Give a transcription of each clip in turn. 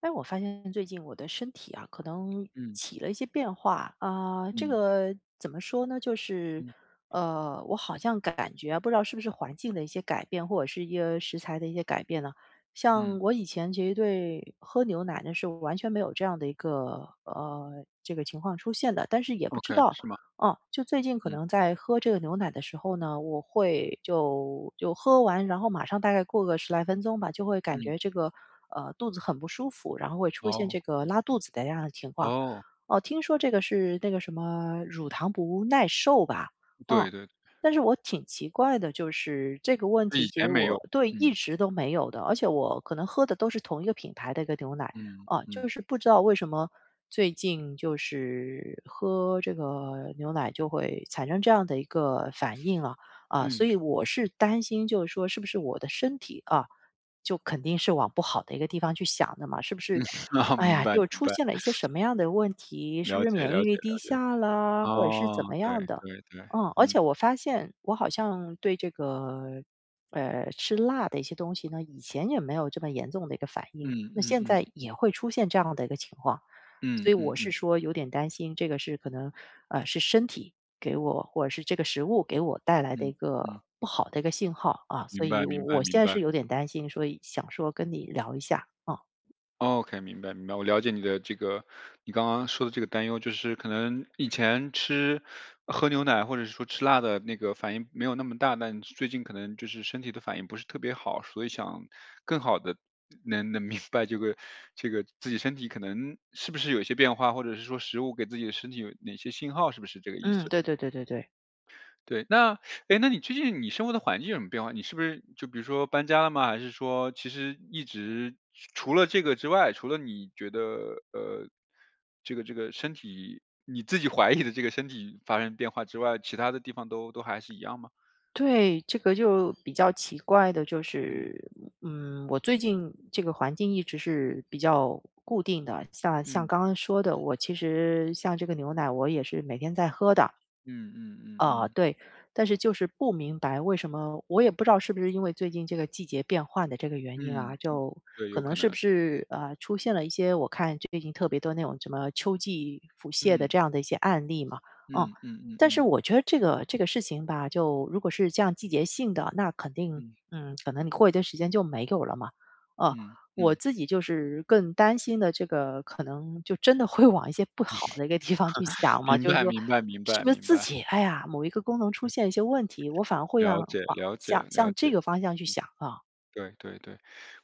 哎，我发现最近我的身体啊，可能嗯起了一些变化啊、这嗯个怎么说呢？就是嗯我好像感觉啊不知道是不是环境的一些改变，或者是一些食材的一些改变呢？像嗯我以前其实对喝牛奶呢是完全没有这样的一个这个情况出现的，但是也不知，OK，道是吗？哦，就最近可嗯能在喝这个牛奶的时候呢，我会就喝完，然后马上大概过个十来分钟吧，就会感嗯，觉这个，肚子很不舒服，然后会出现哦这个拉肚子的这样的情况。哦，哦，听说这个是那个什么乳糖不耐受吧？哦，对对，但是我挺奇怪的，就是这个问那题以其前实没有。我对嗯一直都没有的，而且我可能喝的都是同一个品牌的一个牛奶。嗯啊，就嗯是不知道为什么最近就是喝这个牛奶就会产生这样的一个反应啊，啊，所嗯。以我是担心就是说是不是我的身体啊，就肯定是往不好的一个地方去想的嘛，是不是？啊，哎明呀，白就明出白。现了一些什么样的问题？是不了是解免了疫解力低了解。下啦，或者是怎哦，么对样的？对对。嗯，而嗯且我发现我好像对这个吃辣的一些东西呢，以前也没有这么严重的一个反嗯应，那嗯现嗯在也会出现这样的一个情况。所嗯以我嗯是嗯说有点担心，这个是可能，是身体给我或者是这个食物给我带来的一嗯个嗯，不好的一个信号啊，所明以白我明白我现明在白。是有点担心，所以想说跟你聊一下啊。OK，明白明白，我了解你的这个，你刚刚说的这个担忧，就是可能以前吃喝牛奶或者是说吃辣的那个反应没有那么大，但最近可能就是身体的反应不是特别好，所以想更好的能明白这个这个自己身体可能是不是有一些变化，或者是说食物给自己的身体有哪些信号，是不是这个意嗯，思？对对对对对。对，那哎，那你最近你生活的环境有什么变化？你是不是就比如说搬家了吗？还是说其实一直除了这个之外，除了你觉得这个这个身体你自己怀疑的这个身体发生变化之外，其他的地方都还是一样吗？对，这个就比较奇怪的就嗯是，嗯，我最近这个环境一直是比较固定的，像嗯刚刚说的，我其实像这个牛奶，我也是每天在喝的，嗯嗯嗯啊，嗯对，但是就是不明白为什么，我也不知道是不是因为最近这个季节变换的这个原因啊，嗯，就对，可有能可是能。不是啊出现了一些我看最近特别多那种什么秋季腹泻的嗯这样的一些案例嘛，嗯，嗯嗯嗯但是嗯我觉得这个事情吧，就如果是这样季节性的，那肯定嗯嗯，可能你过一段时间就没有了嘛，呃，嗯我嗯。自己就是更担心的这个可能就真的会往一些不好的一个地方去想 嘛，明就是白说明白明是白不是明自白。己，哎呀，某一个功能出现一些问题，我反而会让了解往了解向了这解。个方向去想啊。对对对，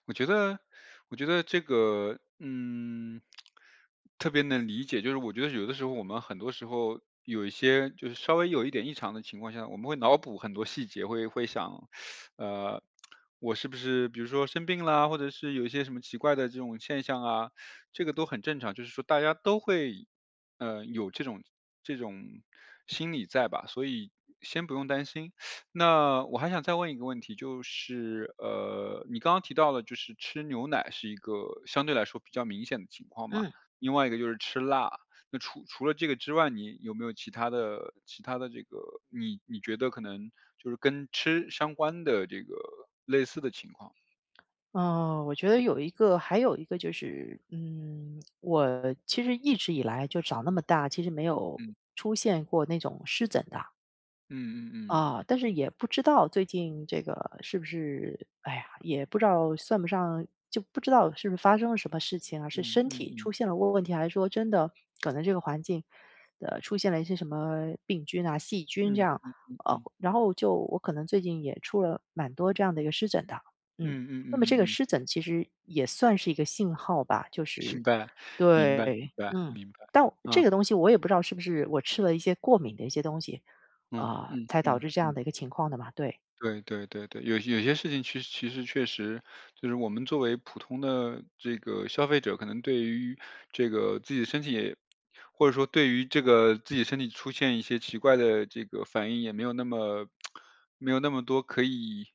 我觉得，我觉得这个，特别能理解。就是我觉得有的时候，我们很多时候有一些，就是稍微有一点异常的情况下，我们会脑补很多细节，会想，呃，我是不是比如说生病啦，或者是有一些什么奇怪的这种现象啊，这个都很正常。就是说大家都会，有这种心理在吧，所以先不用担心。那我还想再问一个问题，就是，你刚刚提到了，就是吃牛奶是一个相对来说比较明显的情况嗯。嘛，嗯另外一个就是吃辣。那除了这个之外，你有没有其他的这个，你觉得可能就是跟吃相关的这个类似的情况？我觉得有一个还有一个就是，嗯，我其实一直以来就长那么大，其实没有嗯出现过那种湿疹的。嗯嗯嗯啊，但是也不知道最近这个是不是，哎呀，也不知道算不上，就不知道是不是发生了什么事情啊？是嗯身嗯体出嗯现了问题，还是说真的可能这个环境，出现了一些什么病菌啊、细菌这嗯样？嗯然后就我可能最近也出了蛮多这样的一个湿疹的，嗯，嗯嗯那么嗯这个嗯，湿疹其实也算是一个信号吧，就是明白明白明对，白嗯，明白，但我这啊个东西我也不知道是不是我吃了一些过敏的一些东西。嗯啊，嗯嗯才导嗯。嗯致这样的一嗯，个情况的嘛，对。对对对对。有些事情其实确实就是我们作为普通的这个消费者，可能对于这个自己的身体也或者说对于这个自己身体出现一些奇怪的这个反应，也没有那么 没有那么多可以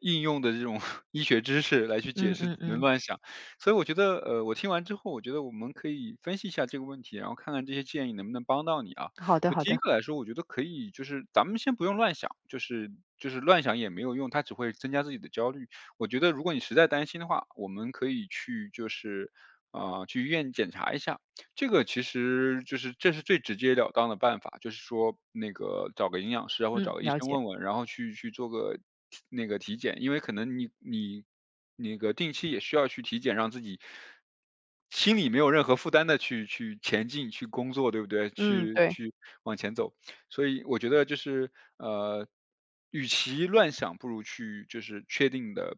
应用的这种 医学知识来去解嗯释，只嗯能嗯，乱想。所以我觉得，我听完之后，我觉得我们可以分析一下这个问题，然后看看这些建议能不能帮到你啊。好的就好第一的，个来说，我觉得可以，就是咱们先不用乱想，就是乱想也没有用，它只会增加自己的焦虑。我觉得如果你实在担心的话，我们可以去就是啊、去医院检查一下，这个其实就是这是最直截了当的办法，就是说那个找个营养师啊，或者嗯，找个医了生解。问问，然后去做个那个体检，因为可能你那个定期也需要去体检，让自己心里没有任何负担的去前进、去工作，对不对？嗯，去对，去往前走。所以我觉得就是呃，与其乱想，不如去就是确定的，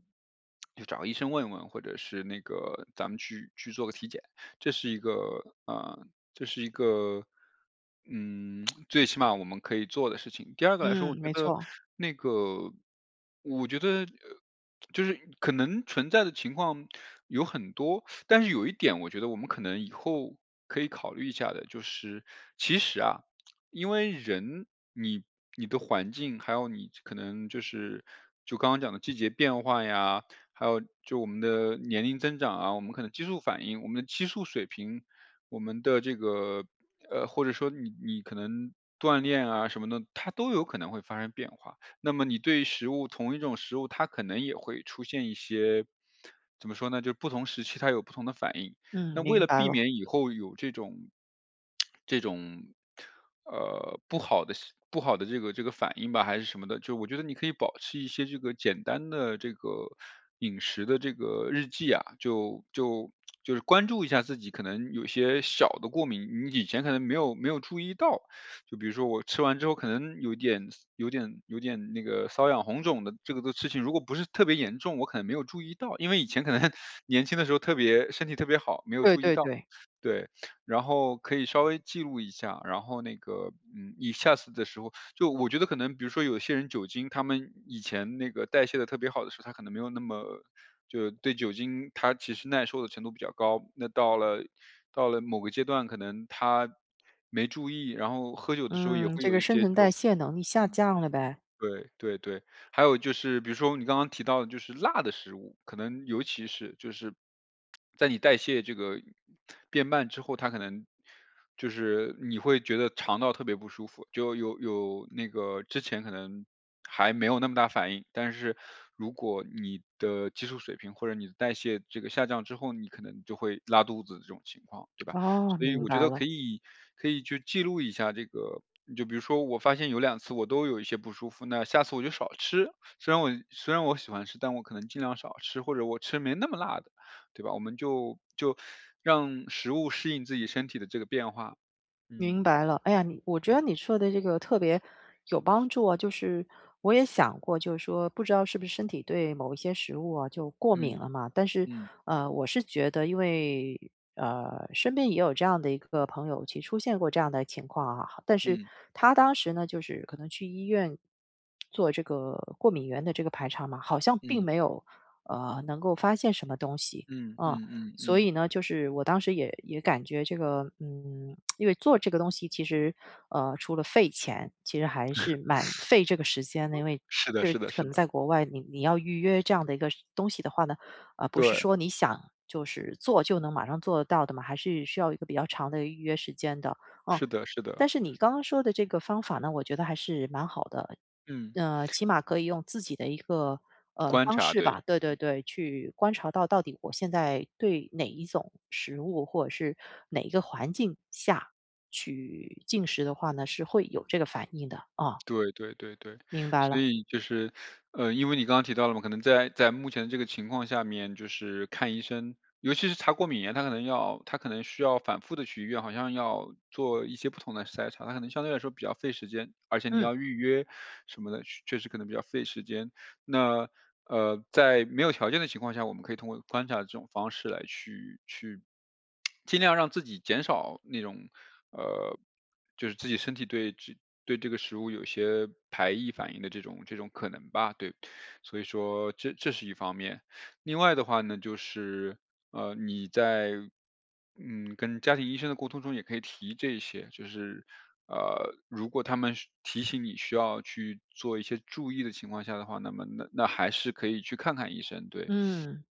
就找个医生问问，或者是那个咱们去做个体检。这是一个啊、呃这是一个最起码我们可以做的事情。第二个来说，我嗯，觉没得错，那个，我觉得就是可能存在的情况有很多，但是有一点，我觉得我们可能以后可以考虑一下的，就是其实啊，因为人你你的环境，还有你可能就刚刚讲的季节变化呀，还有就我们的年龄增长啊，我们可能激素反应、我们的激素水平、我们的这个或者说你可能锻炼啊什么的，它都有可能会发生变化。那么你对食物同一种食物，它可能也会出现一些怎么说呢？就是不同时期它有不同的反应。嗯，那为明了白避了。免以后有这种，呃，不好的是不好的这个反应吧，还是什么的，就我觉得你可以保持一些这个简单的这个饮食的这个日记啊，就是关注一下自己可能有些小的过敏，你以前可能没有注意到，就比如说我吃完之后可能有点那个瘙痒红肿的这个的事情，如果不是特别严重，我可能没有注意到，因为以前可能 年轻的时候特别身体特别好，没有对注意对到。对，对，然后可以稍微记录一下，然后那个，嗯，你下次的时候，就我觉得可能比如说有些人酒精，他们以前那个代谢的特别好的时候，他可能没有那么就对酒精他其实耐受的程度比较高，那到了某个阶段，可能他没注意，然后喝酒的时候也嗯，会这有个一新些这陈代种。谢能力下嗯，降了呗。对对对。还有就是比如说你刚刚提到的就是辣的食物，可能尤其是就是在你代谢这个变慢之后，它可能就是你会觉得肠道特别不舒服，就有那个之前可能还没有那么大反应，但是如果你的激素水平或者你的代谢这个下降之后，你可能就会拉肚子这种情况，对吧？哦，所以明我觉白得了。可以去记录一下这个，就比如说我发现有两次我都有一些不舒服，那下次我就少吃。虽然我喜欢吃，但我可能尽量少吃，或者我吃没那么辣的，对吧？我们就让食物适应自己身体的这个变化。明嗯，白了，哎呀，你我觉嗯，得你说的这个特别有帮助啊，就是我也想过，就是说不知道是不是身体对某一些食物啊就过敏嗯，了嘛，但是嗯，我是觉得因为身边也有这样的一个朋友，其实出现过这样的情况啊，但是嗯，他当时呢，就是可能去医院做这个过敏源的这个排查嘛，好像并嗯，没有能够发现什么东西，嗯，嗯。嗯，嗯，所嗯，以呢，就是我当时也感觉这个，嗯，因为做这个东西其实，除了费钱，其实还是蛮费这个时间的。因为是的就是是的可是能的，在国外你，你要预约这样的一个东西的话呢，不是对，说你想就是做就能马上做得到的嘛，还是需要一个比较长的预约时间的。嗯，是的是的，但是你刚刚说的这个方法呢，我觉得还是蛮好的，嗯，起码可以用自己的一个观方察，式对。吧，对对对，去观察到底我现在对哪一种食物或者是哪一个环境下去进食的话呢，是会有这个反应的，啊，对对对对，明白所了，以就是，因为你刚刚提到了嘛，可能在目前这个情况下面，就是看医生，尤其是查过敏源，他可能需要反复的去医院，好像要做一些不同的筛查，他可能相对来说比较费时间，而且你嗯，要预约什么的，确实可能比较费时间。那在没有条件的情况下，我们可以通过观察这种方式来去尽量让自己减少那种呃，就是自己身体对这个食物有些排异反应的这种可能吧，对。所以说这是一方面。另外的话呢，就是你在跟家庭医生的沟通中也可以提这些，就是如果他们是提醒你需要去做一些注意的情况下的话，那么还是可以去看看医生，对。嗯，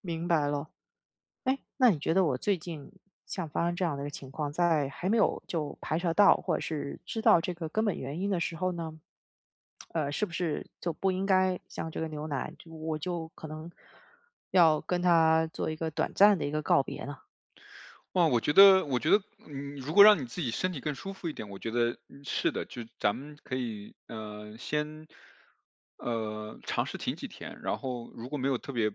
明白了。哎，那你觉得我最近像发生这样的一个情况，在还没有就排查到或者是知道这个根本原因的时候呢，是不是就不应该像这个牛奶，就我就可能要跟他做一个短暂的一个告别呢？哇，我觉得，如果让你自己身体更舒服一点，我觉得是的，就咱们可以，先，尝试停几天，然后如果没有特别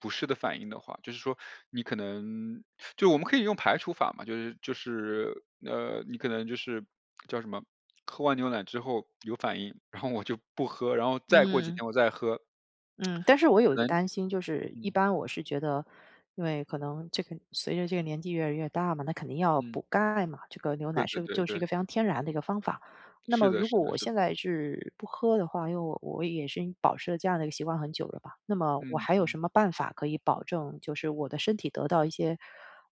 不适的反应的话，就是说你可能就我们可以用排除法嘛，就是，你可能就是叫什么，喝完牛奶之后有反应，然后我就不喝，然后再过几嗯。天我再喝，嗯，但是我有一可个能，担心，就是一嗯般我是觉得，因为可能这个随着这个年纪越来越大嘛，那肯定要嗯，补钙嘛，这个牛对奶对是对就是一对，个非常天然的一个方法。那是么的如果是的我是的，现在是不喝的话，因为我也是保持了这样的一个习惯很久了吧，那么我嗯还有嗯。什么办法可以保证就是我的身体得到一些，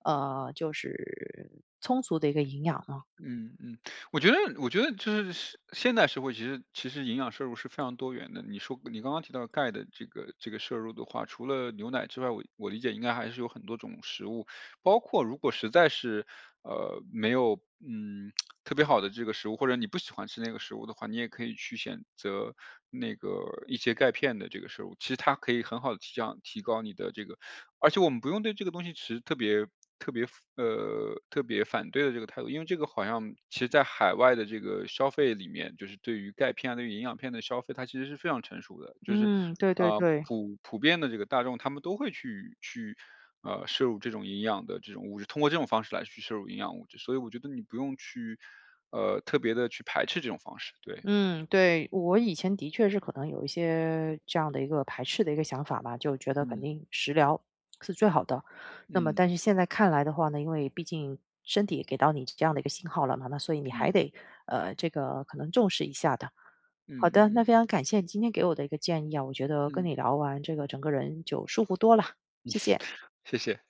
就是充足的一个营养呢？嗯嗯，我觉得是现代社会，其实营养摄入是非常多元的。你说你刚刚提到钙的这个摄入的话，除了牛奶之外，我理解应该还是有很多种食物，包括如果实在是没有特别好的这个食物，或者你不喜欢吃那个食物的话，你也可以去选择那个一些钙片的这个摄入，其实它可以很好的提高你的这个而且我们不用对这个东西持特别特别反对的这个态度，因为这个好像其实在海外的这个消费里面，就是对于钙片啊，对于营养片的消费，它其实是非常成熟的，就是，嗯，对对对。普遍的这个大众，他们都会去，摄入这种营养的这种物质，通过这种方式来去摄入营养物质，所以我觉得你不用去，特别的去排斥这种方式，对，嗯，对，我以前的确是可能有一些这样的一个排斥的一个想法吧，就觉得肯嗯，定食疗是最好的。那么嗯，但是现在看来的话呢，因为毕竟身体也给到你这样的一个信号了嘛，那所以你还嗯，得，这个可能重视一下的。好嗯的，嗯那嗯非常感谢你今天给我的一个建议啊，我觉得跟嗯，你聊完这个整个人就舒服多了，谢谢。谢谢。